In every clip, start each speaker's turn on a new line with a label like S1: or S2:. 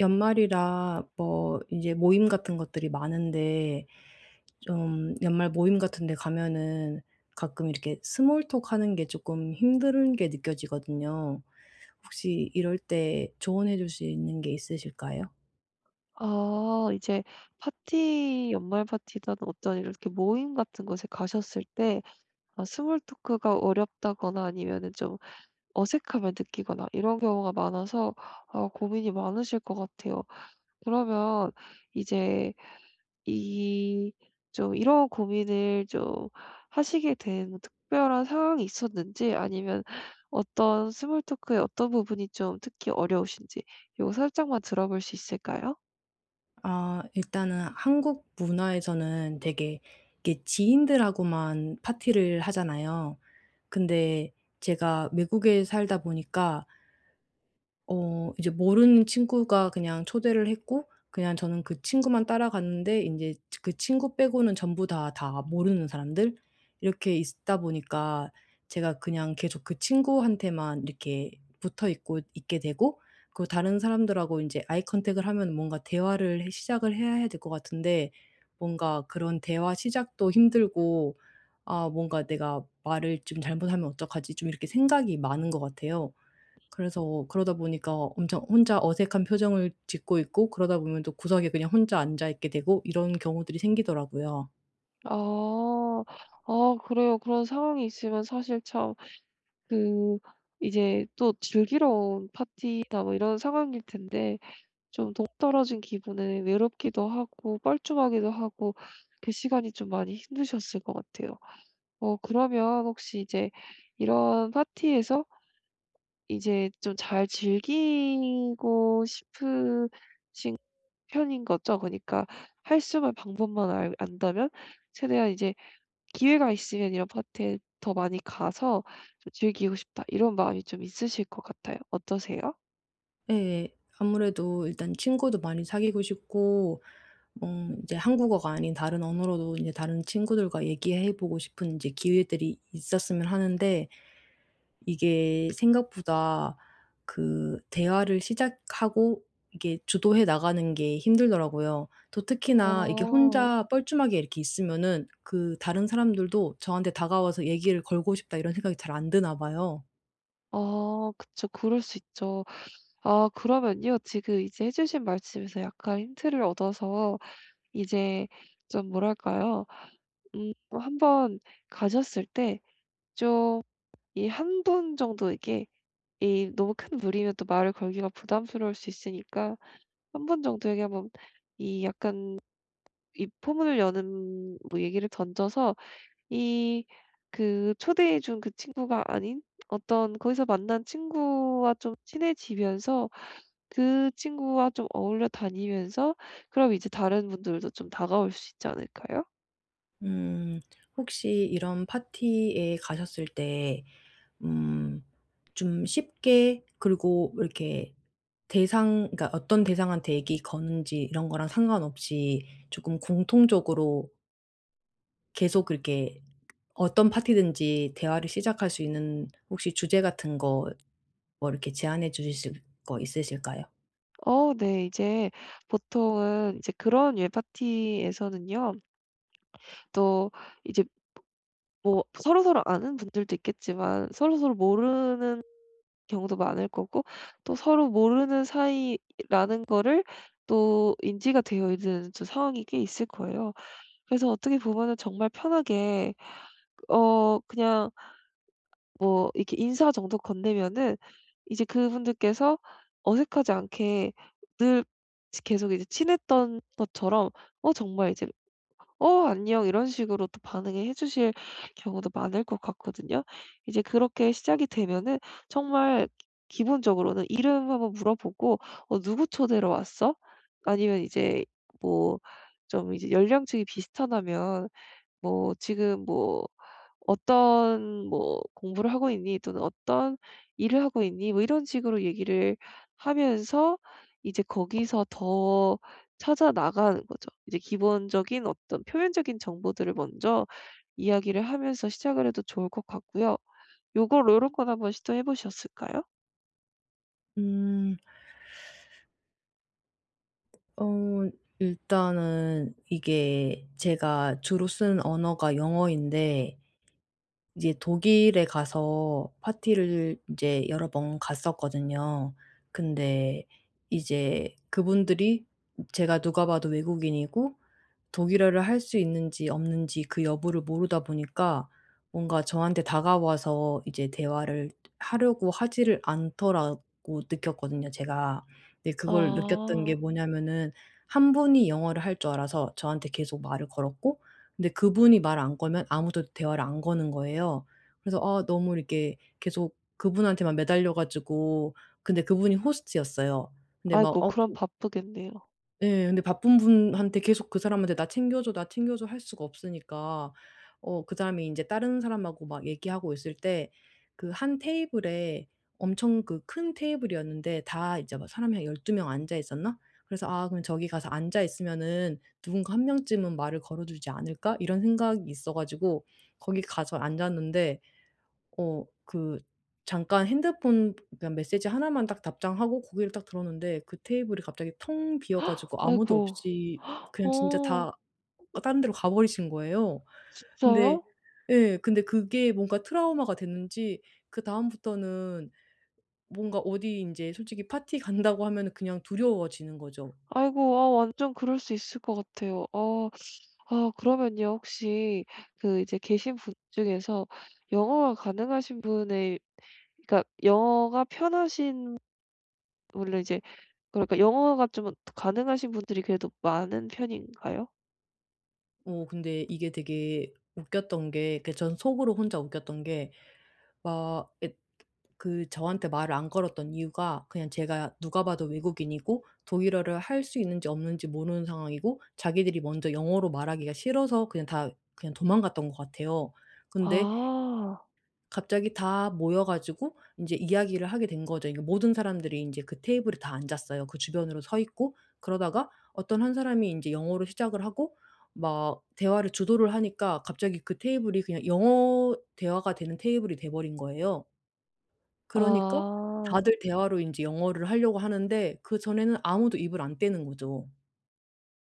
S1: 연말이라 뭐 이제 모임 같은 것들이 많은데, 좀 연말 모임 같은 데 가면은 가끔 이렇게 스몰 톡 하는 게 조금 힘든 게 느껴지거든요. 혹시 이럴 때 조언해 줄 수 있는 게 있으실까요?
S2: 아, 이제 파티, 연말 파티든 어떤 이렇게 모임 같은 곳에 가셨을 때, 아, 스몰 토크가 어렵다거나 아니면은 좀 어색함을 느끼거나 이런 경우가 많아서 아, 고민이 많으실 것 같아요. 그러면 이제 이 좀 이런 고민을 좀 하시게 된 특별한 상황이 있었는지, 아니면 어떤 스몰 토크의 어떤 부분이 좀 특히 어려우신지 요거 살짝만 들어볼 수 있을까요?
S1: 아 일단은 한국 문화에서는 되게 이게 지인들하고만 파티를 하잖아요. 근데 제가 외국에 살다 보니까 어 이제 모르는 친구가 그냥 초대를 했고, 그냥 저는 그 친구만 따라갔는데 인제 그 친구 빼고는 전부 다 모르는 사람들 이렇게 있다 보니까 제가 그냥 계속 그 친구한테만 이렇게 붙어 있고 있게 되고, 그 다른 사람들하고 인제 아이 컨택을 하면 뭔가 대화를 해 시작을 해야 될 것 같은데 뭔가 그런 대화 시작도 힘들고, '아 뭔가 내가 말을 좀 잘못하면 어떡하지?' 좀 이렇게 생각이 많은 것 같아요. 그래서 그러다 보니까 엄청 혼자 어색한 표정을 짓고 있고, 그러다 보면 또 구석에 그냥 혼자 앉아 있게 되고, 이런 경우들이 생기더라고요.
S2: 아. 아, 그래요. 그런 상황이 있으면 사실 참, 그, 이제 또 즐기러 온 파티나 뭐 이런 상황일 텐데 좀 동떨어진 기분에 외롭기도 하고 뻘쭘하기도 하고, 그 시간이 좀 많이 힘드셨을 것 같아요. 어, 그러면 혹시 이제 이런 파티에서 이제 좀 잘 즐기고 싶으신 편인 거죠? 그니까 러할수 있는 방법만 알 안다면, 최대한 이제 기회가 있으면 이런 파티에 더 많이 가서 좀 즐기고 싶다, 이런 마음이 좀 있으실 것 같아요. 어떠세요?
S1: 예. 아무래도 일단 친구도 많이 사귀고 싶고, 어 이제 한국어가 아닌 다른 언어로도 이제 다른 친구들과 얘기해 보고 싶은 이제 기회들이 있었으면 하는데, 이게 생각보다 그 대화를 시작하고 이게 주도해 나가는 게 힘들더라고요. 또 특히나 이게
S2: 아.
S1: 혼자 뻘쭘하게 이렇게 있으면은 그 다른 사람들도 저한테 다가와서 얘기를 걸고 싶다 이런 생각이 잘 안 드나 봐요.
S2: 아, 그쵸. 그럴 수 있죠. 아, 그러면요, 지금 이제 해 주신 말씀에서 약간 힌트를 얻어서 이제 좀, 뭐랄까요? 음, 한번 가셨을 때 좀, 이 한 분 정도에게, 이 너무 큰 무리면 또 말을 걸기가 부담스러울 수 있으니까 한 분 정도에게 한번, 이 약간, 이 포문을 여는 뭐 얘기를 던져서, 이 그 초대해 준 그 친구가 아닌 어떤 거기서 만난 친구와 좀 친해지면서, 그 친구와 좀 어울려 다니면서, 그럼 이제 다른 분들도 좀 다가올 수 있지 않을까요?
S1: 음 혹시 이런 파티에 가셨을 때 음 좀 쉽게, 그리고 이렇게 대상, 그러니까 어떤 대상한테 얘기 거는지 이런 거랑 상관없이 조금 공통적으로 계속 그렇게 어떤 파티든지 대화를 시작할 수 있는 혹시 주제 같은 거 뭐 이렇게 제안해 주실 거 있으실까요?
S2: 어, 네. 이제 보통은 이제 그런, 예, 파티에서는요, 또 이제 뭐, 서로서로 아는 분들도 있겠지만 서로서로 모르는 경우도 많을 거고, 또 서로 모르는 사이라는 거를 또 인지가 되어 있는 저, 상황이 꽤 있을 거예요. 그래서 어떻게 보면은 정말 편하게, 어, 그냥 뭐 이렇게 인사 정도 건네면은, 이제 그분들께서 어색하지 않게 늘 계속 이제 친했던 것처럼, 어, 정말 이제 "어, 안녕." 이런 식으로 또 반응해 주실 경우도 많을 것 같거든요. 이제 그렇게 시작이 되면은 정말 기본적으로는 이름 한번 물어보고 "어, 누구 초대로 왔어?", 아니면 이제 뭐 좀 이제 연령층이 비슷하다면 뭐 "지금 뭐", "어떤 뭐 공부를 하고 있니?" 또는 "어떤 일을 하고 있니?" 뭐 이런 식으로 얘기를 하면서 이제 거기서 더 찾아 나가는 거죠. 이제 기본적인 어떤 표면적인 정보들을 먼저 이야기를 하면서 시작을 해도 좋을 것 같고요. 요걸, 요런 건 한번 시도해 보셨을까요?
S1: 음. 어 일단은 이게 제가 주로 쓰는 언어가 영어인데 이제 독일에 가서 파티를 인제 여러 번 갔었거든요. 근데 이제 그분들이 제가 누가 봐도 외국인이고 독일어를 할 수 있는지 없는지 그 여부를 모르다 보니까 뭔가 저한테 다가와서 이제 대화를 하려고 하지를 않더라고 느꼈거든요 제가. 근데 그걸 느꼈던 게
S2: 아.
S1: 뭐냐면은, 한 분이 영어를 할 줄 알아서 저한테 계속 말을 걸었고, 근데 그분이 말을 안 걸면 아무도 대화를 안 거는 거예요. 그래서 아 너무 이렇게 계속 그분한테만 매달려 가지고, 근데 그분이 호스트였어요. 근데 막
S2: 아이고,
S1: 어
S2: 그럼 바쁘겠네요.
S1: 예. 근데 바쁜 분한테 계속 그 사람한테 "나 챙겨줘, 나 챙겨줘." 할 수가 없으니까, 어 그 사람이 인제 다른 사람하고 막 얘기하고 있을 때 그 한 테이블에, 엄청 그 큰 테이블이었는데, 다 이제 막 사람이 한 12명 앉아 있었나? 그래서 '아 그럼 저기 가서 앉아 있으면은 누군가 한 명쯤은 말을 걸어주지 않을까?' 이런 생각이 있어 가지고 거기 가서 앉았는데, 어 그 잠깐 핸드폰, 그러니까 메시지 하나만 딱 답장하고 고개를 딱 들었는데, 그 테이블이 갑자기 텅 비어 가지고 아무도
S2: 아이고.
S1: 없이 그냥 진짜
S2: 어,
S1: 다 다른 데로 가버리신 거예요. 근데
S2: 진짜요?
S1: 예, 근데 그게 뭔가 트라우마가 됐는지 그다음부터는 뭔가 어디 인제 솔직히 파티 간다고 하면은 그냥 두려워지는 거죠.
S2: 아이고, 아, 완전 그럴 수 있을 것 같아요. 어. 아, 그러면요, 혹시 그, 이제 계신 분 중에서 영어가 가능하신 분의, 그러니까 영어가 편하신, 원래 이제, 그러니까 영어가 좀 가능하신 분들이 그래도 많은 편인가요?
S1: 어 근데 이게 되게 웃겼던 게, 그 전 속으로 혼자 웃겼던 게, 막 예, 그 저한테 말을 안 걸었던 이유가 그냥 제가 누가 봐도 외국인이고 독일어를 할 수 있는지 없는지 모르는 상황이고, 자기들이 먼저 영어로 말하기가 싫어서 그냥 다 그냥 도망갔던 것 같아요. 근데
S2: 아.
S1: 갑자기 다 모여 가지고 인제 이야기를 하게 된 거죠. 이게 모든 사람들이 인제 그 테이블에 다 앉았어요. 그 주변으로 서 있고, 그러다가 어떤 한 사람이 인제 영어로 시작을 하고 막 대화를 주도를 하니까, 갑자기 그 테이블이 그냥 영어 대화가 되는 테이블이 돼 버린 거예요. 그러니까
S2: 아.
S1: 다들 대화로 인제 영어를 하려고 하는데, 그전에는 아무도 입을 안 떼는 거죠.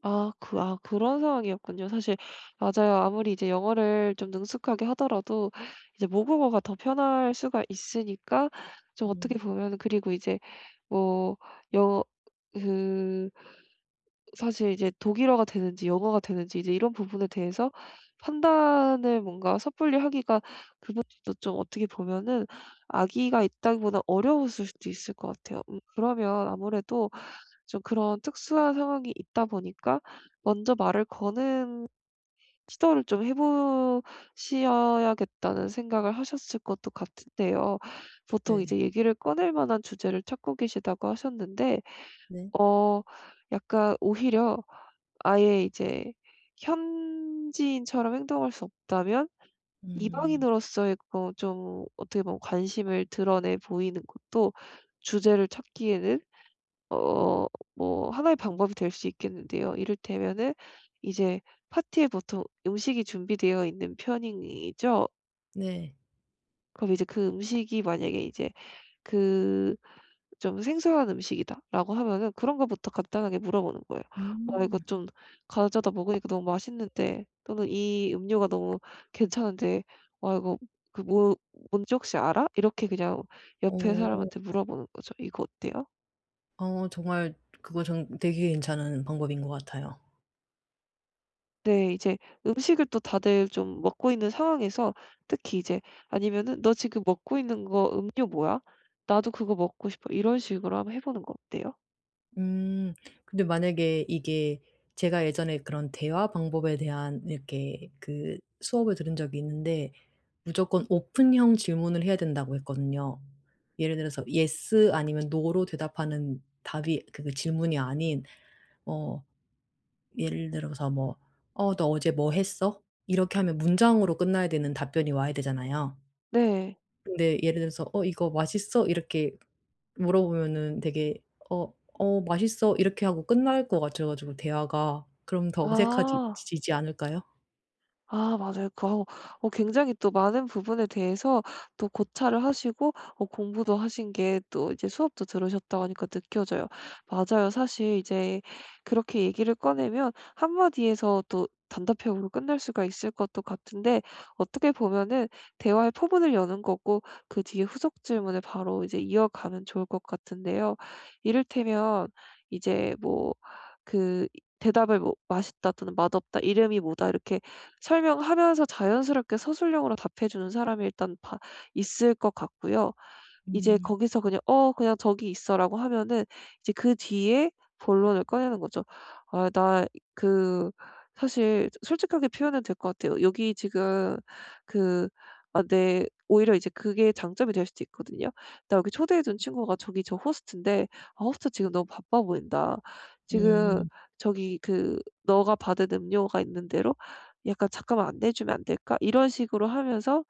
S2: 그런 상황이었군요. 사실, 맞아요. 아무리 이제 영어를 좀 능숙하게 하더라도 이제 모국어가 더 편할 수가 있으니까, 좀 어떻게
S1: 음.
S2: 보면, 그리고 이제 뭐, 영어 그 사실 이제 독일어가 되는지 영어가 되는지 이제 이런 부분에 대해서 판단을 뭔가 섣불리 하기가, 그것도 좀 어떻게 보면은 악의가 있다기보다 어려웠을 수도 있을 것 같아요. 음, 그러면 아무래도 좀 그런 특수한 상황이 있다 보니까 먼저 말을 거는 시도를 좀 해 보셔야겠다는 생각을 하셨을 것도 같은데요. 보통
S1: 네.
S2: 이제 얘기를 꺼낼 만한 주제를 찾고 계시다고 하셨는데,
S1: 네.
S2: 어, 약간 오히려 아예 이제 현지인처럼 행동할 수 없다면,
S1: 음.
S2: 이방인으로서의 그 좀 어떻게 보면 관심을 드러내 보이는 것도 주제를 찾기에는, 어, 뭐 하나의 방법이 될 수 있겠는데요. 이를테면은 이제, 파티에 보통 음식이 준비되어 있는 편이죠.
S1: 네.
S2: 그럼 이제 그 음식이 만약에 이제 그 좀 "생소한 음식이다."라고 하면은 그런 거부터 간단하게 물어보는 거예요. "와, 이거
S1: 음.
S2: 좀 가져다 먹으니까 너무 맛있는데." 또는 "이 음료가 너무 괜찮은데, 와, 이거 그 뭐 뭔지 혹시 알아?" 이렇게 그냥 옆에
S1: 어.
S2: 사람한테 물어보는 거죠. "이거 어때요?"
S1: 어 정말 그거 전 되게 괜찮은 방법인 것 같아요.
S2: 네. 이제 음식을 또 다들 좀 먹고 있는 상황에서 특히 이제, 아니면은 "너 지금 먹고 있는 거 음료 뭐야? 나도 그거 먹고 싶어." 이런 식으로 한번 해 보는 거 어때요?
S1: 음. 근데 만약에 이게, 제가 예전에 그런 대화 방법에 대한 이렇게 그 수업을 들은 적이 있는데, 무조건 오픈형 질문을 해야 된다고 했거든요. 예를 들어서 yes 아니면 no로 대답하는 답이, 그 질문이 아닌, 어 예를 들어서 뭐 "어 너 어제 뭐 했어?" 이렇게 하면 문장으로 끝나야 되는 답변이 와야 되잖아요.
S2: 네.
S1: 근데 예를 들어서 "어 이거 맛있어?" 이렇게 물어보면은 되게 "어 어 맛있어." 이렇게 하고 끝날 것 같아 가지고, 대화가 그럼 더 어색하지
S2: 아.
S1: 지지 않을까요?
S2: 아, 맞아요. 굉장히 또 많은 부분에 대해서 또 고찰을 하시고, 어, 공부도 하신 게, 또 이제 수업도 들으셨다고 하니까 느껴져요. 맞아요. 사실 이제 그렇게 얘기를 꺼내면 한마디에서 또 단답형으로 끝날 수가 있을 것도 같은데, 어떻게 보면은 대화의 포문을 여는 거고, 그 뒤에 후속 질문을 바로 이제 이어가면 좋을 것 같은데요. 이를테면 이제 뭐 그 대답을 뭐 "맛있다." 또는 "맛없다." "이름이 뭐다." 이렇게 설명하면서 자연스럽게 서술형으로 답해 주는 사람이 일단 바 있을 것 같고요. 이제
S1: 음.
S2: 거기서 그냥 "어, 그냥 저기 있어."라고 하면은 이제 그 뒤에 본론을 꺼내는 거죠. "아, 나 그", 사실 솔직하게 표현해도 될 것 같아요. "여기 지금 그", 아, 내, 오히려 이제 그게 장점이 될 수도 있거든요. "나 여기 초대해 준 친구가 저기 저 호스트인데, 아, 호스트 지금 너무 바빠 보인다. 지금
S1: 음.
S2: 저기 그, 너가 받은 음료가 있는 대로 약간 잠깐만 안내해 주면 안 될까?" 이런 식으로 하면서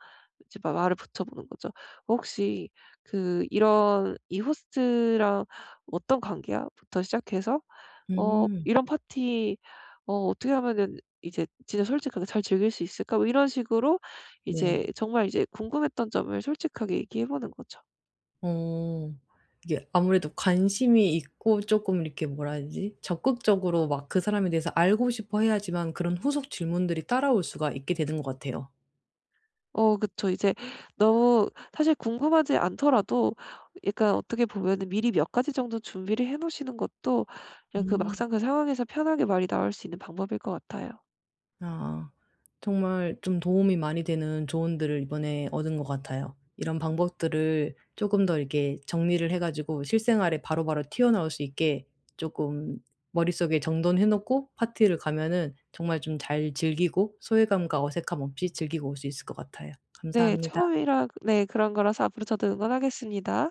S2: 이제 마 말을 붙여 보는 거죠. "혹시 그 이런", "이 호스트랑 어떤 관계야?"부터 시작해서, 어,
S1: 음.
S2: "이런 파티, 어, 어떻게 하면은 이제 진짜 솔직하게 잘 즐길 수 있을까?" 뭐 이런 식으로
S1: 네.
S2: 이제 정말 이제 궁금했던 점을 솔직하게 얘기해 보는 거죠.
S1: 어. 이게 아무래도 관심이 있고 쪼끔 이렇게, 뭐라 해야 되지? 적극적으로 막 그 사람에 대해서 알고 싶어 해야지만 그런 후속 질문들이 따라올 수가 있게 되는 것 같아요.
S2: 어, 그쵸. 이제 너무 사실 궁금하지 않더라도 약간 어떻게 보면은 미리 몇 가지 정도 준비를 해 놓으시는 것도 그냥 그
S1: 음.
S2: 막상 그 상황에서 편하게 말이 나올 수 있는 방법일 것 같아요.
S1: 아. 정말 좀 도움이 많이 되는 조언들을 이번에 얻은 것 같아요. 이런 방법들을 조금 더 이렇게 정리를 해 가지고 실생활에 바로바로 튀어나올 수 있게 조금 머릿속에 정돈해 놓고 파티를 가면은 정말 좀 잘 즐기고 소외감과 어색함 없이 즐기고 올 수 있을 것 같아요.
S2: 네.
S1: 감사합니다.
S2: 처음이라 네 그런 거라서 앞으로 저도 응원하겠습니다.